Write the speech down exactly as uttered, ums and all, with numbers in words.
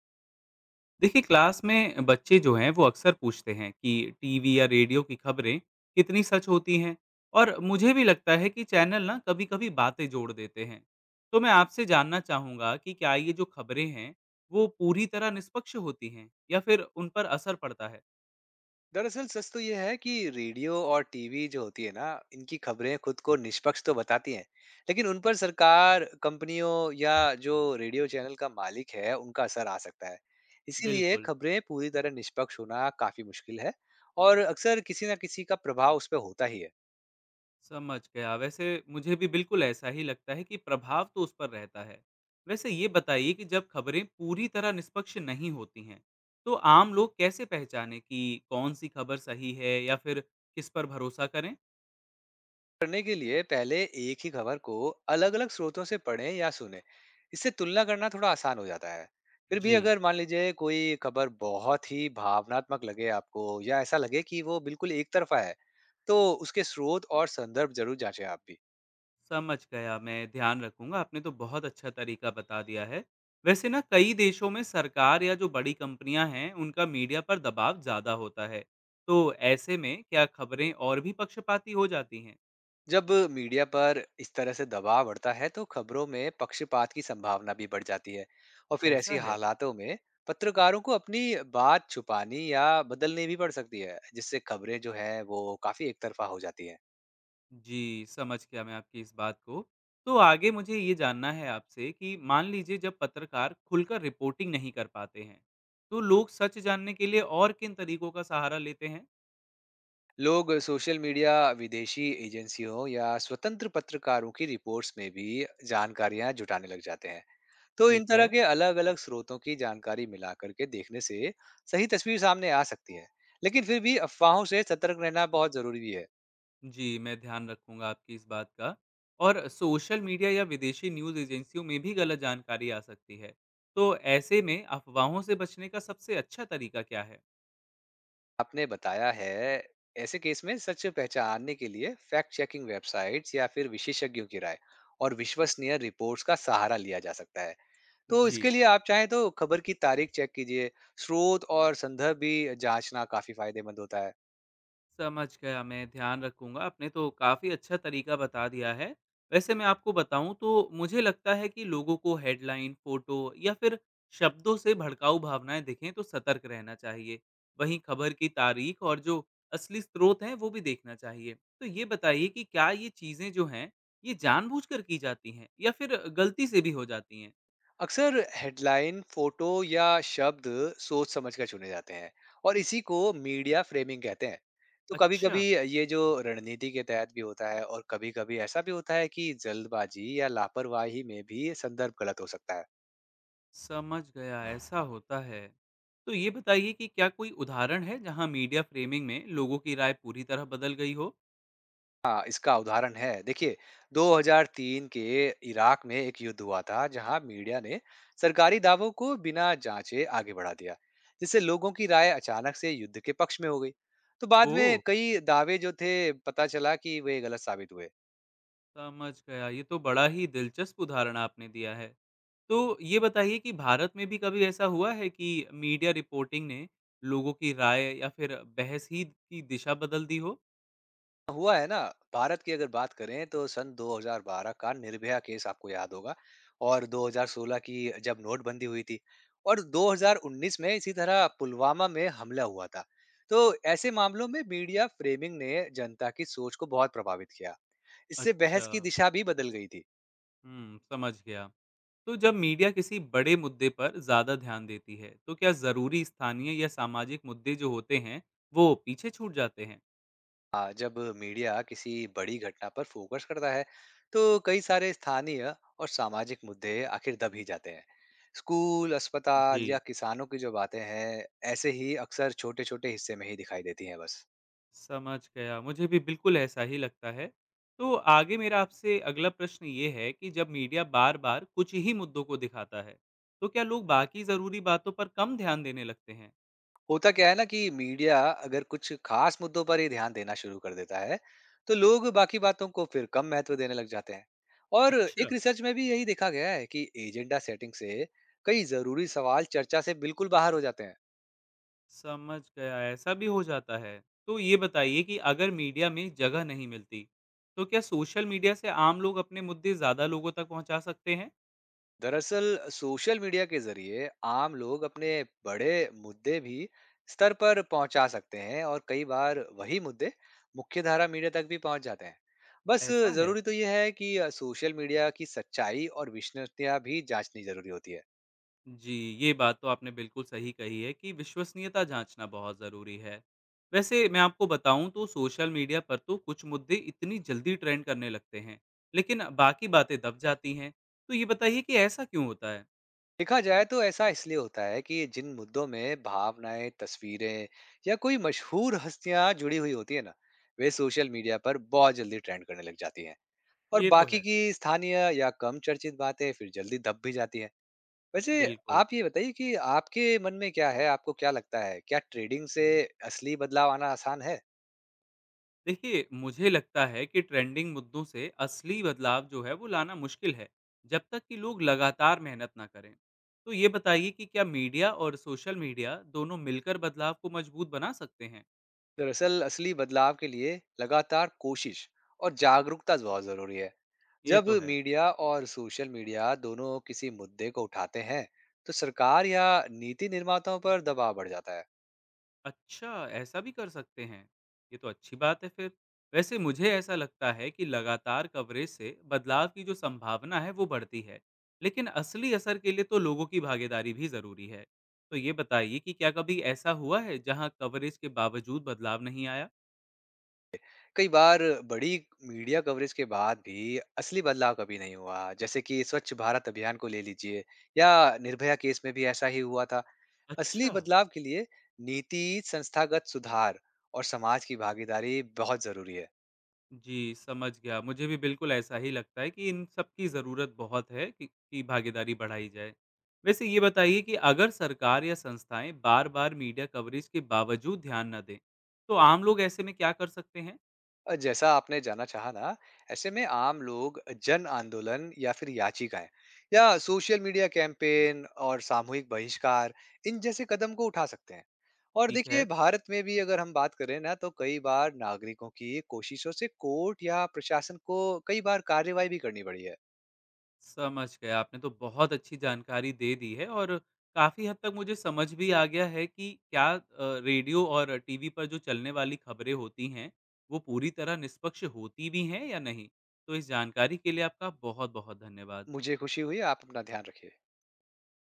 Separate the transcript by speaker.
Speaker 1: देखिए क्लास में बच्चे जो हैं वो अक्सर पूछते हैं कि टीवी या रेडियो की खबरें कितनी सच होती हैं। और मुझे भी लगता है कि चैनल ना कभी कभी बातें जोड़ देते हैं। तो मैं आपसे जानना चाहूँगा कि क्या ये जो खबरें हैं वो पूरी तरह निष्पक्ष होती हैं या फिर उन पर असर पड़ता है।
Speaker 2: दरअसल सच तो ये है कि रेडियो और टीवी जो होती है ना, इनकी खबरें खुद को निष्पक्ष तो बताती हैं। लेकिन उन पर सरकार, कंपनियों या जो रेडियो चैनल का मालिक है, उनका असर आ सकता है। इसीलिए
Speaker 1: बिल्कुल।
Speaker 2: खबरें पूरी तरह निष्पक्ष होना काफी मुश्किल है। और अक्सर किसी ना किसी का प्रभाव उस पर होता ही है।
Speaker 1: समझ गया। वैसे मुझे भी बिल्कुल ऐसा ही लगता है कि प्रभाव तो उस पर रहता है। वैसे ये बताइए कि जब खबरें पूरी तरह निष्पक्ष नहीं होती हैं, तो आम लोग कैसे पहचाने कि कौन-सी खबर सही है या फिर किस पर भरोसा करें?
Speaker 2: करने के लिए पहले एक ही खबर को अलग अलग स्रोतों से पढ़ें या सुने। इससे तुलना करना थोड़ा आसान हो जाता है। फिर भी
Speaker 1: जी,
Speaker 2: अगर मान लीजिए कोई खबर बहुत ही भावनात्मक लगे आपको या ऐसा लगे कि वो बिल्कुल एक तरफा है, तो उसके स्रोत और संदर्भ जरूर जांचें आप भी।
Speaker 1: समझ गया, मैं ध्यान रखूँगा। आपने तो बहुत अच्छा तरीका बता दिया है। वैसे ना कई देशों में सरकार या जो बड़ी कंपनियां हैं, उनका मीडिया पर दबाव ज़्यादा होता है। तो ऐसे में क्या खबरें और भी पक्षपाती हो जाती हैं?
Speaker 2: जब मीडिया पर इस तरह से दबाव बढ़ता है तो खबरों में पक्षपात की संभावना भी बढ़ जाती है। और फिर
Speaker 1: ऐसा
Speaker 2: ऐसी
Speaker 1: है?
Speaker 2: हालातों में पत्रकारों को अपनी बात छुपानी या बदलनी भी पड़ सकती है, जिससे खबरें जो है वो काफी एक तरफा हो जाती हैं।
Speaker 1: जी, समझ गया मैं आपकी इस बात को। तो आगे मुझे ये जानना है आपसे कि मान लीजिए जब पत्रकार खुलकर रिपोर्टिंग नहीं कर पाते हैं, तो लोग सच जानने के लिए और किन तरीकों का सहारा लेते हैं?
Speaker 2: लोग सोशल मीडिया, विदेशी एजेंसियों या स्वतंत्र पत्रकारों की रिपोर्ट्स में भी जानकारियां जुटाने लग जाते हैं। तो इन
Speaker 1: ठीक
Speaker 2: तरह
Speaker 1: है,
Speaker 2: के अलग अलग स्रोतों की जानकारी मिला करके देखने से सही तस्वीर सामने आ सकती है। लेकिन फिर भी अफवाहों से सतर्क रहना बहुत जरूरी भी है।
Speaker 1: जी, मैं ध्यान रखूँगा आपकी इस बात का। और सोशल मीडिया या विदेशी न्यूज़ एजेंसियों में भी गलत जानकारी आ सकती है। तो ऐसे में अफ़वाहों से बचने का सबसे अच्छा तरीका क्या है?
Speaker 2: आपने बताया है, ऐसे केस में सच पहचानने के लिए फैक्ट चेकिंग वेबसाइट्स या फिर विशेषज्ञों की राय और विश्वसनीय रिपोर्ट्स का सहारा लिया जा सकता है। तो
Speaker 1: जी।
Speaker 2: इसके लिए आप चाहें तो खबर की तारीख चेक कीजिए, स्रोत और संदर्भ भी जांचना काफी फायदेमंद होता है।
Speaker 1: समझ गया, मैं ध्यान रखूँगा। आपने तो काफ़ी अच्छा तरीका बता दिया है। वैसे मैं आपको बताऊँ तो मुझे लगता है कि लोगों को हेडलाइन, फ़ोटो या फिर शब्दों से भड़काऊ भावनाएँ दिखें तो सतर्क रहना चाहिए। वहीं खबर की तारीख और जो असली स्रोत हैं, वो भी देखना चाहिए। तो ये बताइए कि क्या ये चीज़ें जो हैं, ये जानबूझकर की जाती हैं या फिर गलती से भी हो जाती हैं?
Speaker 2: अक्सर हेडलाइन, फोटो या शब्द सोच समझ कर चुने जाते हैं और इसी को मीडिया फ्रेमिंग कहते हैं। तो
Speaker 1: अच्छा।
Speaker 2: कभी-कभी ये जो रणनीति के तहत भी होता है और कभी-कभी ऐसा भी होता है कि जल्दबाजी या लापरवाही में भी संदर्भ गलत हो सकता है।
Speaker 1: समझ गया, ऐसा होता है। तो ये बताइए कि क्या कोई उदाहरण है जहाँ मीडिया फ्रेमिंग में लोगों की राय पूरी तरह बदल गई हो?
Speaker 2: हाँ, इसका उदाहरण है। देखिए, दो हज़ार तीन के इराक में एक युद्ध हुआ था, जहाँ मीडिया ने सरकारी दावों को बिना जांचे आगे बढ़ा दिया, जिससे लोगों की राय अचानक से युद्ध के पक्ष में हो गई। तो बाद
Speaker 1: ओह!
Speaker 2: में कई दावे जो थे, पता चला कि वे गलत साबित हुए।
Speaker 1: समझ गया, ये तो बड़ा ही दिलचस्प उदाहरण आपने दिया है। तो ये बताइए कि भारत में भी कभी ऐसा हुआ है कि मीडिया रिपोर्टिंग ने लोगों की राय या फिर बहस ही की दिशा बदल दी हो?
Speaker 2: हुआ है ना, भारत की अगर बात करें तो सन दो हज़ार बारह का निर्भया केस आपको याद होगा और दो हज़ार सोलह की जब नोटबंदी हुई थी और दो हज़ार उन्नीस में इसी तरह पुलवामा में हमला हुआ था। तो ऐसे मामलों में मीडिया फ्रेमिंग ने जनता की सोच को बहुत प्रभावित किया। इससे
Speaker 1: अच्छा,
Speaker 2: बहस की दिशा भी बदल गई थी।
Speaker 1: हुँ, समझ गया। तो जब मीडिया किसी बड़े मुद्दे पर ज्यादा ध्यान देती है, तो क्या जरूरी स्थानीय या सामाजिक मुद्दे जो होते हैं, वो पीछे छूट जाते हैं?
Speaker 2: हाँ, जब मीडिया किसी बड़ी घटना पर फोकस करता है तो कई सारे स्थानीय और सामाजिक मुद्दे आखिर दब ही जाते हैं। स्कूल, अस्पताल या
Speaker 1: जी,
Speaker 2: किसानों की जो बातें हैं, ऐसे ही अक्सर छोटे छोटे हिस्से में ही दिखाई देती हैं बस।
Speaker 1: समझ गया। मुझे भी बिल्कुल ऐसा ही लगता है। तो आगे मेरा आपसे अगला प्रश्न ये है कि जब मीडिया बार-बार कुछ ही मुद्दों को दिखाता है, तो क्या लोग बाकी जरूरी बातों पर कम ध्यान देने लगते हैं?
Speaker 2: होता क्या है ना कि मीडिया अगर कुछ खास मुद्दों पर ही ध्यान देना शुरू कर देता है तो लोग बाकी बातों को फिर कम महत्व देने लग जाते हैं। और
Speaker 1: अच्छा।
Speaker 2: एक रिसर्च में भी यही देखा गया है कि एजेंडा सेटिंग से कई जरूरी सवाल चर्चा से बिल्कुल बाहर हो जाते हैं।
Speaker 1: समझ गया, ऐसा भी हो जाता है। तो ये बताइए कि अगर मीडिया में जगह नहीं मिलती, तो क्या सोशल मीडिया से आम लोग अपने मुद्दे ज़्यादा लोगों तक पहुँचा सकते हैं?
Speaker 2: दरअसल सोशल मीडिया के जरिए आम लोग अपने बड़े मुद्दे भी स्तर पर पहुंचा सकते हैं और कई बार वही मुद्दे मुख्यधारा मीडिया तक भी पहुंच जाते हैं। बस
Speaker 1: ऐसा है?
Speaker 2: जरूरी तो यह है कि अ, सोशल मीडिया की सच्चाई और विश्वसनीयता भी जांचनी जरूरी होती है।
Speaker 1: जी, ये बात तो आपने बिल्कुल सही कही है कि विश्वसनीयता जाँचना बहुत ज़रूरी है। वैसे मैं आपको बताऊँ तो सोशल मीडिया पर तो कुछ मुद्दे इतनी जल्दी ट्रेंड करने लगते हैं, लेकिन बाकी बातें दब जाती हैं। तो ये बताइए कि ऐसा क्यों होता है?
Speaker 2: देखा जाए तो ऐसा इसलिए होता है कि जिन मुद्दों में भावनाएं, तस्वीरें या कोई मशहूर हस्तियां जुड़ी हुई होती है ना, वे सोशल मीडिया पर बहुत जल्दी ट्रेंड करने लग जाती हैं। और
Speaker 1: ये तो
Speaker 2: बाकी
Speaker 1: है,
Speaker 2: की स्थानीय या कम चर्चित बातें फिर जल्दी दब भी जाती हैं। वैसे
Speaker 1: बिल्कुल।
Speaker 2: आप ये बताइए कि आपके मन में क्या है? आपको क्या लगता है? क्या ट्रेडिंग से असली बदलाव आना आसान है?
Speaker 1: देखिए मुझे लगता है कि ट्रेंडिंग मुद्दों से असली बदलाव जो है वो लाना मुश्किल है जब तक कि लोग लगातार मेहनत ना करें। तो ये बताइए कि क्या मीडिया और सोशल मीडिया दोनों मिलकर बदलाव को मजबूत बना सकते हैं।
Speaker 2: दरअसल असली बदलाव के लिए लगातार कोशिश और जागरूकता बहुत ज़रूरी है।
Speaker 1: ये
Speaker 2: जब
Speaker 1: तो है।
Speaker 2: मीडिया और सोशल मीडिया दोनों किसी मुद्दे को उठाते हैं, तो सरकार या नीति निर्माताओं पर दबाव बढ़ जाता है।
Speaker 1: अच्छा, ऐसा भी कर सकते हैं। ये तो अच्छी बात है फिर। वैसे मुझे ऐसा लगता है कि लगातार कवरेज से बदलाव की जो संभावना है वो बढ़ती है, लेकिन असली असर के लिए तो लोगों की भागीदारी भी ज़रूरी है। तो ये बताइए कि क्या कभी ऐसा हुआ है जहाँ कवरेज के बावजूद बदलाव नहीं आया?
Speaker 2: कई बार बड़ी मीडिया कवरेज के बाद भी असली बदलाव कभी नहीं हुआ, जैसे कि स्वच्छ भारत अभियान को ले लीजिए या निर्भया केस में भी ऐसा ही हुआ था। असली
Speaker 1: अच्छा।
Speaker 2: बदलाव के लिए नीति, संस्थागत सुधार और समाज की भागीदारी बहुत जरूरी है।
Speaker 1: जी, समझ गया। मुझे भी बिल्कुल ऐसा ही लगता है कि इन सब की ज़रूरत बहुत है कि कि भागीदारी बढ़ाई जाए। वैसे ये बताइए कि अगर सरकार या संस्थाएँ बार-बार मीडिया कवरेज के बावजूद ध्यान न दें, तो आम लोग ऐसे में क्या कर सकते हैं?
Speaker 2: अ, जैसा आपने जाना चाहा ना, ऐसे में आम लोग जन आंदोलन या फिर याचिकाएं या सोशल मीडिया कैंपेन और सामूहिक बहिष्कार, इन जैसे कदम को उठा सकते हैं। और
Speaker 1: ठीक है,
Speaker 2: देखिए भारत में भी अगर हम बात करें ना तो कई बार नागरिकों की कोशिशों से कोर्ट या प्रशासन को कई बार कार्रवाई भी करनी पड़ी है।
Speaker 1: समझ गया। आपने तो बहुत अच्छी जानकारी दे दी है और काफ़ी हद तक मुझे समझ भी आ गया है कि क्या अ, रेडियो और टीवी पर जो चलने वाली खबरें होती हैं, वो पूरी तरह निष्पक्ष होती भी हैं या नहीं। तो इस जानकारी के लिए आपका बहुत-बहुत धन्यवाद।
Speaker 2: मुझे खुशी हुई, आप अपना ध्यान रखिए।